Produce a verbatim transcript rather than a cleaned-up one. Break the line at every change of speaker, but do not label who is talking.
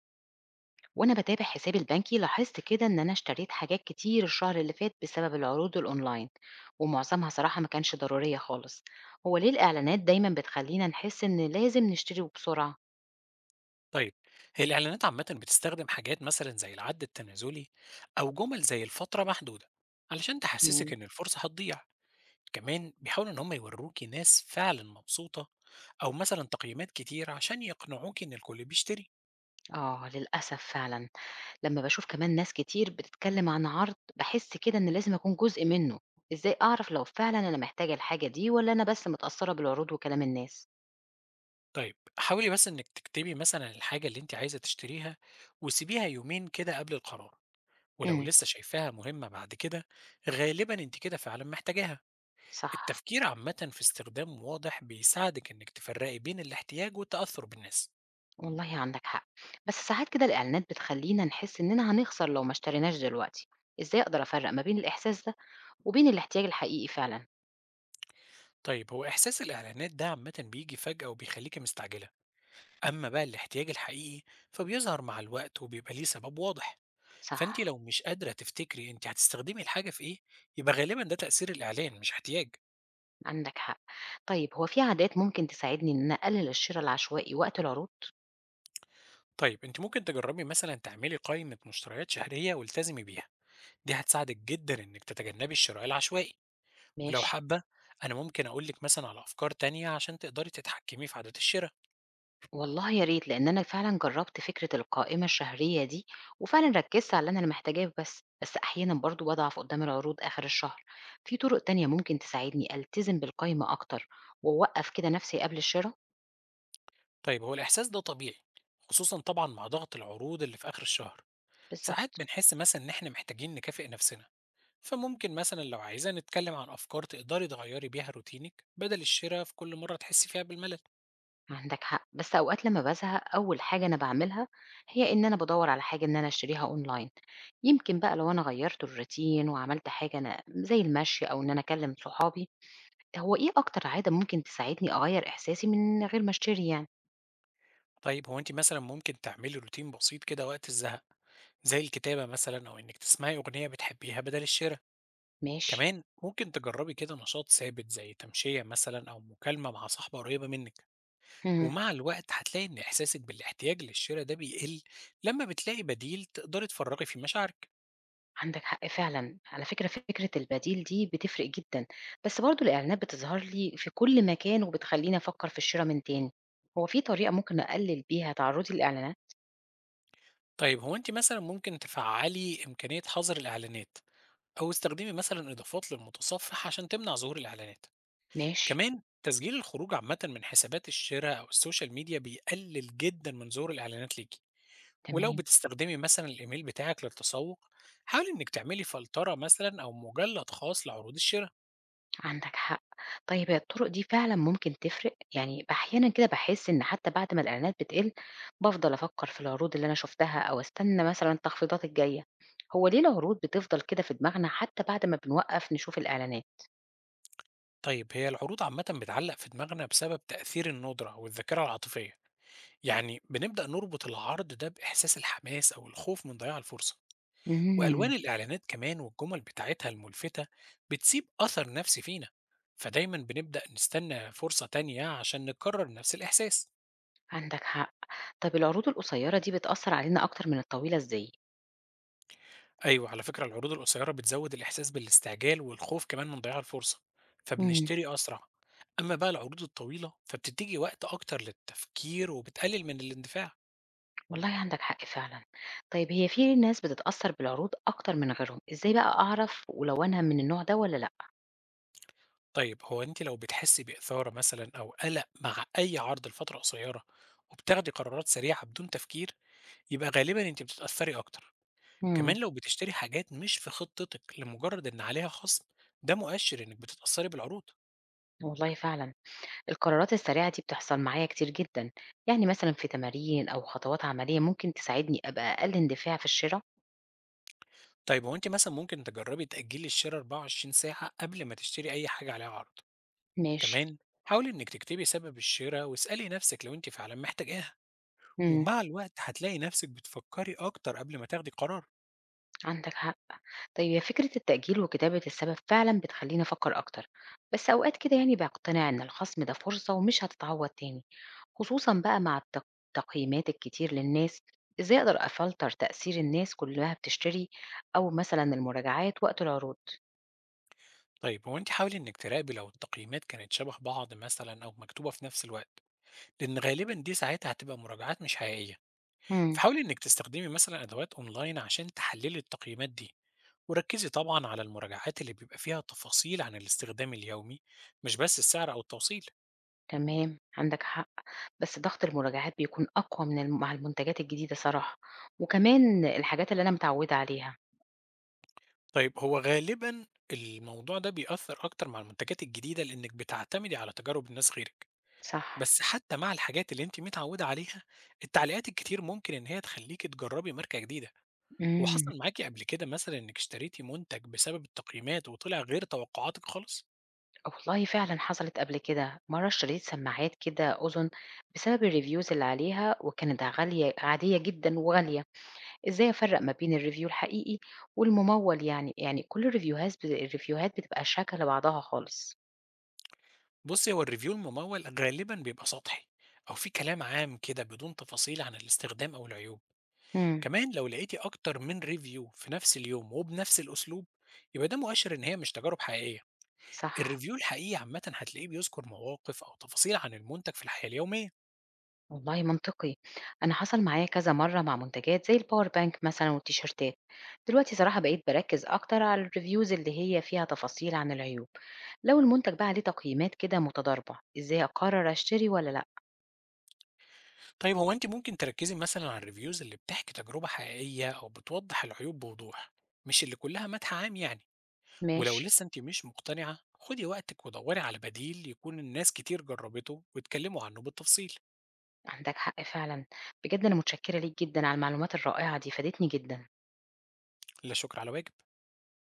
وانا بتابع حسابي البنكي لاحظت كده ان انا اشتريت حاجات كتير الشهر اللي فات بسبب العروض الاونلاين. ومعظمها صراحة ما كانش ضرورية خالص. هو ليه الاعلانات دايما بتخلينا نحس ان لازم نشتري وبسرعة؟
طيب، هي الإعلانات عامة بتستخدم حاجات مثلا زي العد التنازلي أو جمل زي الفترة محدودة علشان تحسسك
مم.
إن الفرصة هتضيع. كمان بيحاولوا إن هم يوروكي ناس فعلا مبسوطة أو مثلا تقييمات كتير عشان يقنعوكي إن الكل بيشتري.
اه، للأسف فعلا. لما بشوف كمان ناس كتير بتتكلم عن عرض بحس كده ان لازم اكون جزء منه. ازاي اعرف لو فعلا انا محتاجة الحاجة دي ولا انا بس متأثرة بالعروض وكلام الناس؟
طيب حاولي بس إنك تكتبي مثلا الحاجة اللي أنت عايزة تشتريها وسيبيها يومين كده قبل القرار، ولو
امم.
لسه شايفاها مهمة بعد كده غالبا أنت كده فعلا محتاجاها.
صح.
التفكير عامة في استخدام واضح بيساعدك إنك تفرقي بين الاحتياج والتأثر بالناس.
والله عندك حق. بس ساعات كده الإعلانات بتخلينا نحس إننا هنخسر لو ما اشتريناش دلوقتي. إزاي أقدر أفرق ما بين الإحساس ده وبين الاحتياج الحقيقي فعلا؟
طيب، هو إحساس الإعلانات ده عامة بيجي فجأة وبيخليك مستعجلة، أما بقى الاحتياج الحقيقي فبيظهر مع الوقت وبيبقى ليه سبب واضح، فأنت
صح.
لو مش قادرة تفتكري أنت هتستخدمي الحاجة في إيه، يبقى غالبا ده تأثير الإعلان مش احتياج.
عندك حق. طيب هو في عادات ممكن تساعدني إن أنا أقلل الشراء العشوائي وقت العروض؟
طيب أنت ممكن تجربي مثلا تعملي قائمة مشتريات شهرية والتزمي بيها، دي هتساعدك جدا إنك تتجنبي الشراء العشوائي. ولو
ماشي.
حابة، أنا ممكن أقولك مثلا على أفكار تانية عشان تقدري تتحكمي في عادات الشراء.
والله يا ريت، لأن أنا فعلا جربت فكرة القائمة الشهرية دي وفعلا ركزت على اللي أنا محتاجاه بس، بس أحيانا برضو بضعف قدام العروض آخر الشهر. في طرق تانية ممكن تساعدني ألتزم بالقائمة أكتر وأوقف كده نفسي قبل الشراء؟
طيب، هو الإحساس ده طبيعي، خصوصا طبعا مع ضغط العروض اللي في آخر الشهر. ساعات
بالظبط.
بنحس مثلا إن إحنا محتاجين نكافئ نفسنا، فممكن مثلا لو عايزة نتكلم عن أفكار تقدري تغيري بيها روتينك بدل الشراء في كل مرة تحسي فيها بالملل.
عندك حق. بس اوقات لما بزهق، اول حاجه انا بعملها هي ان انا بدور على حاجه ان انا اشتريها اونلاين. يمكن بقى لو انا غيرت الروتين وعملت حاجه انا زي المشي او ان انا اكلم صحابي. هو ايه اكتر عاده ممكن تساعدني اغير احساسي من غير ما اشتري يعني؟
طيب، هو أنت مثلا ممكن تعملي روتين بسيط كده وقت الزهق، زي الكتابة مثلا أو إنك تسمعي أغنية بتحبيها بدل الشراء.
ماشي.
كمان ممكن تجربي كده نشاط ثابت زي تمشية مثلا أو مكالمة مع صاحبة قريبة منك.
امم.
ومع الوقت هتلاقي إن إحساسك بالاحتياج للشراء ده بيقل لما بتلاقي بديل تقدري تفرغي فيه مشاعرك.
عندك حق فعلا، على فكره فكره البديل دي بتفرق جدا. بس برضو الاعلانات بتظهر لي في كل مكان وبتخليني افكر في الشراء من تاني. هو في طريقه ممكن اقلل بيها تعرضي للاعلانات؟
طيب، هو أنت مثلا ممكن تفعلي إمكانية حظر الإعلانات، أو استخدمي مثلا إضافات للمتصفح عشان تمنع ظهور الإعلانات.
ماشي.
كمان تسجيل الخروج عامة من حسابات الشراء أو السوشيال ميديا بيقلل جدا من ظهور الإعلانات ليكي. ولو
تمام.
بتستخدمي مثلا الايميل بتاعك للتسوق، حاولي انك تعملي فلترة مثلا او مجلد خاص لعروض الشراء.
عندك حق. طيب هي الطرق دي فعلا ممكن تفرق؟ يعني احيانا كده بحس ان حتى بعد ما الاعلانات بتقل بفضل افكر في العروض اللي انا شفتها او استنى مثلا التخفيضات الجايه. هو ليه العروض بتفضل كده في دماغنا حتى بعد ما بنوقف نشوف الاعلانات؟
طيب، هي العروض عامة بتعلق في دماغنا بسبب تأثير الندرة والذاكرة العاطفية، يعني بنبدأ نربط العرض ده بإحساس الحماس أو الخوف من ضياع الفرصة. وألوان
امم.
الإعلانات كمان والجمل بتاعتها الملفتة بتسيب أثر نفسي فينا، فدايما بنبدأ نستنى فرصة تانية عشان نكرر نفس الإحساس.
عندك حق. طب العروض القصيره دي بتاثر علينا اكتر من الطويله ازاي؟
أيوه، على فكرة العروض القصيّرة بتزوّد الإحساس بالاستعجال والخوف كمان من ضياع الفرصة،
امم.
فبنشتري أسرع. أمّا بقى العروض الطويلة، فبتدّيكِ وقت أكتر للتفكير وبتقلل من الاندفاع.
والله عندك حق فعلا. طيب هي في ناس بتتاثر بالعروض اكتر من غيرهم؟ ازاي بقى اعرف ولو انا من النوع ده ولا لا؟
طيب، هو أنتِ لو بتحسّي بإثارة مثلًا أو قلق مع أي عرض لفترة قصيّرة وبتاخدي قرارات سريعة بدون تفكير، يبقى غالبًا أنتِ بتتأثّري أكتر. كمان
امم.
لو بتشتري حاجات مش في خطتِك لمجرّد إن عليها خَصْم، ده مؤشِّر إنِّك بتتأثّري بالعروض.
والله فعلا. القرارات السريعة دي بتحصل معايا كتير جدًا، يعني مثلًا في تمارين أو خطوات عملية ممكن تساعدني أبقى أقل اندفاع في الشِرا؟
طيب، هو أنتِ مثلًا ممكن تجرّبي تأجّلي الشِرا أربعة وعشرين ساعة قبل ما تشتري أي حاجة عليها عرض،
ماشي،
كمان حاولي إنِّك تكتبي سبب الشِرا واسألي نَفْسِك لو أنتِ فعلًا محتاجاها،
إمم،
ومع الوقت هتلاقي نَفْسِك بتفكّري أكتر قبل ما تاخدي قرار.
عندك حق. طيب هي فكرة التأجيل وكتابة السبب فعلًا بتخلّيني أفكّر أكتر، بس أوقات كده يعني باقتنع إن الخصم ده فرصة ومش هتتعوّض تاني، خصوصًا بقى مع التق التقييمات الكتير للناس. إزاي أقدر أفلتر تأثير الناس كُلّها بتشتري أو مثلًا المراجعات وقت العروض؟
طيب، هو أنتِ حاولي إنِّك تراقبي لو التقييمات كانت شَبه بعض مثلًا أو مكتوبة في نَفْس الوقت، لإن غالبًا دي ساعتها هتبقى مراجعات مش حقيقية،
إمم.
فحاولي إنِّك تستخدمي مثلًا أدوات أونلاين عشان تحلّلي التقييمات دي. وركزي طبعا على المراجعات اللي بيبقى فيها تفاصيل عن الاستخدام اليومي مش بس السعر أو التوصيل.
تمام، عندك حق. بس ضغط المراجعات بيكون أقوى من الم مع المنتجات الجديدة صراحة، وكمان الحاجات اللي أنا متعودة عليها.
طيب، هو غالبا الموضوع ده بيأثر أكتر مع المنتجات الجديدة لأنك بتعتمدي على تجارب الناس غيرك.
صح،
بس حتى مع الحاجات اللي انت متعودة عليها، التعليقات الكتير ممكن ان هي تخليكي تجربي ماركة جديدة. هو
إمم،
حصل معاكي قبل كده مثلا انك اشتريتي منتج بسبب التقييمات وطلع غير توقعاتك خالص؟
والله فعلًا حصلت قبل كده. مرة اشتريت سماعات كده أذن بسبب الreviews اللي عليها، وكانت غالية عادية جدًا وغالية. إزاي أفرّق ما بين الreview الحقيقي والممول يعني؟ يعني كل الريفيوهاز الريفيوهات بتبقى شاكة لبعضها خالص.
بصي، هو الريفيو الممول غالبا بيبقى سطحي او في كلام عام كده بدون تفاصيل عن الاستخدام او العيوب.
إمم،
كمان لو لقيتي أكتر من ريفيو في نفس اليوم وبنفس الأسلوب، يبقى ده مؤشر إن هي مش تجارب حقيقية.
صح.
الريفيو الحقيقي عامة هتلاقيه بيذكر مواقف أو تفاصيل عن المنتج في الحياة اليومية.
والله منطقي. انا حصل معايا كذا مره مع منتجات زي الباور بانك مثلا والتيشيرتات. دلوقتي صراحه بقيت بركز اكتر على الريفيوز اللي هي فيها تفاصيل عن العيوب. لو المنتج بقى عليه تقييمات كده متضاربه ازاي اقرر اشتري ولا لا؟
طيب، هو أنت ممكن تركزي مثلا على الريفيوز اللي بتحكي تجربة حقيقية أو بتوضح العيوب بوضوح، مش اللي كلها مدح عام يعني. ولو
ماشي.
لسه أنت مش مقتنعة خدي وقتك ودوري على بديل يكون الناس كتير جربته واتكلموا عنه بالتفصيل.
عندك حق فعلا. بجد انا متشكره ليك جدا على المعلومات الرائعه دي، فادتني جدا.
لا شكر على واجب.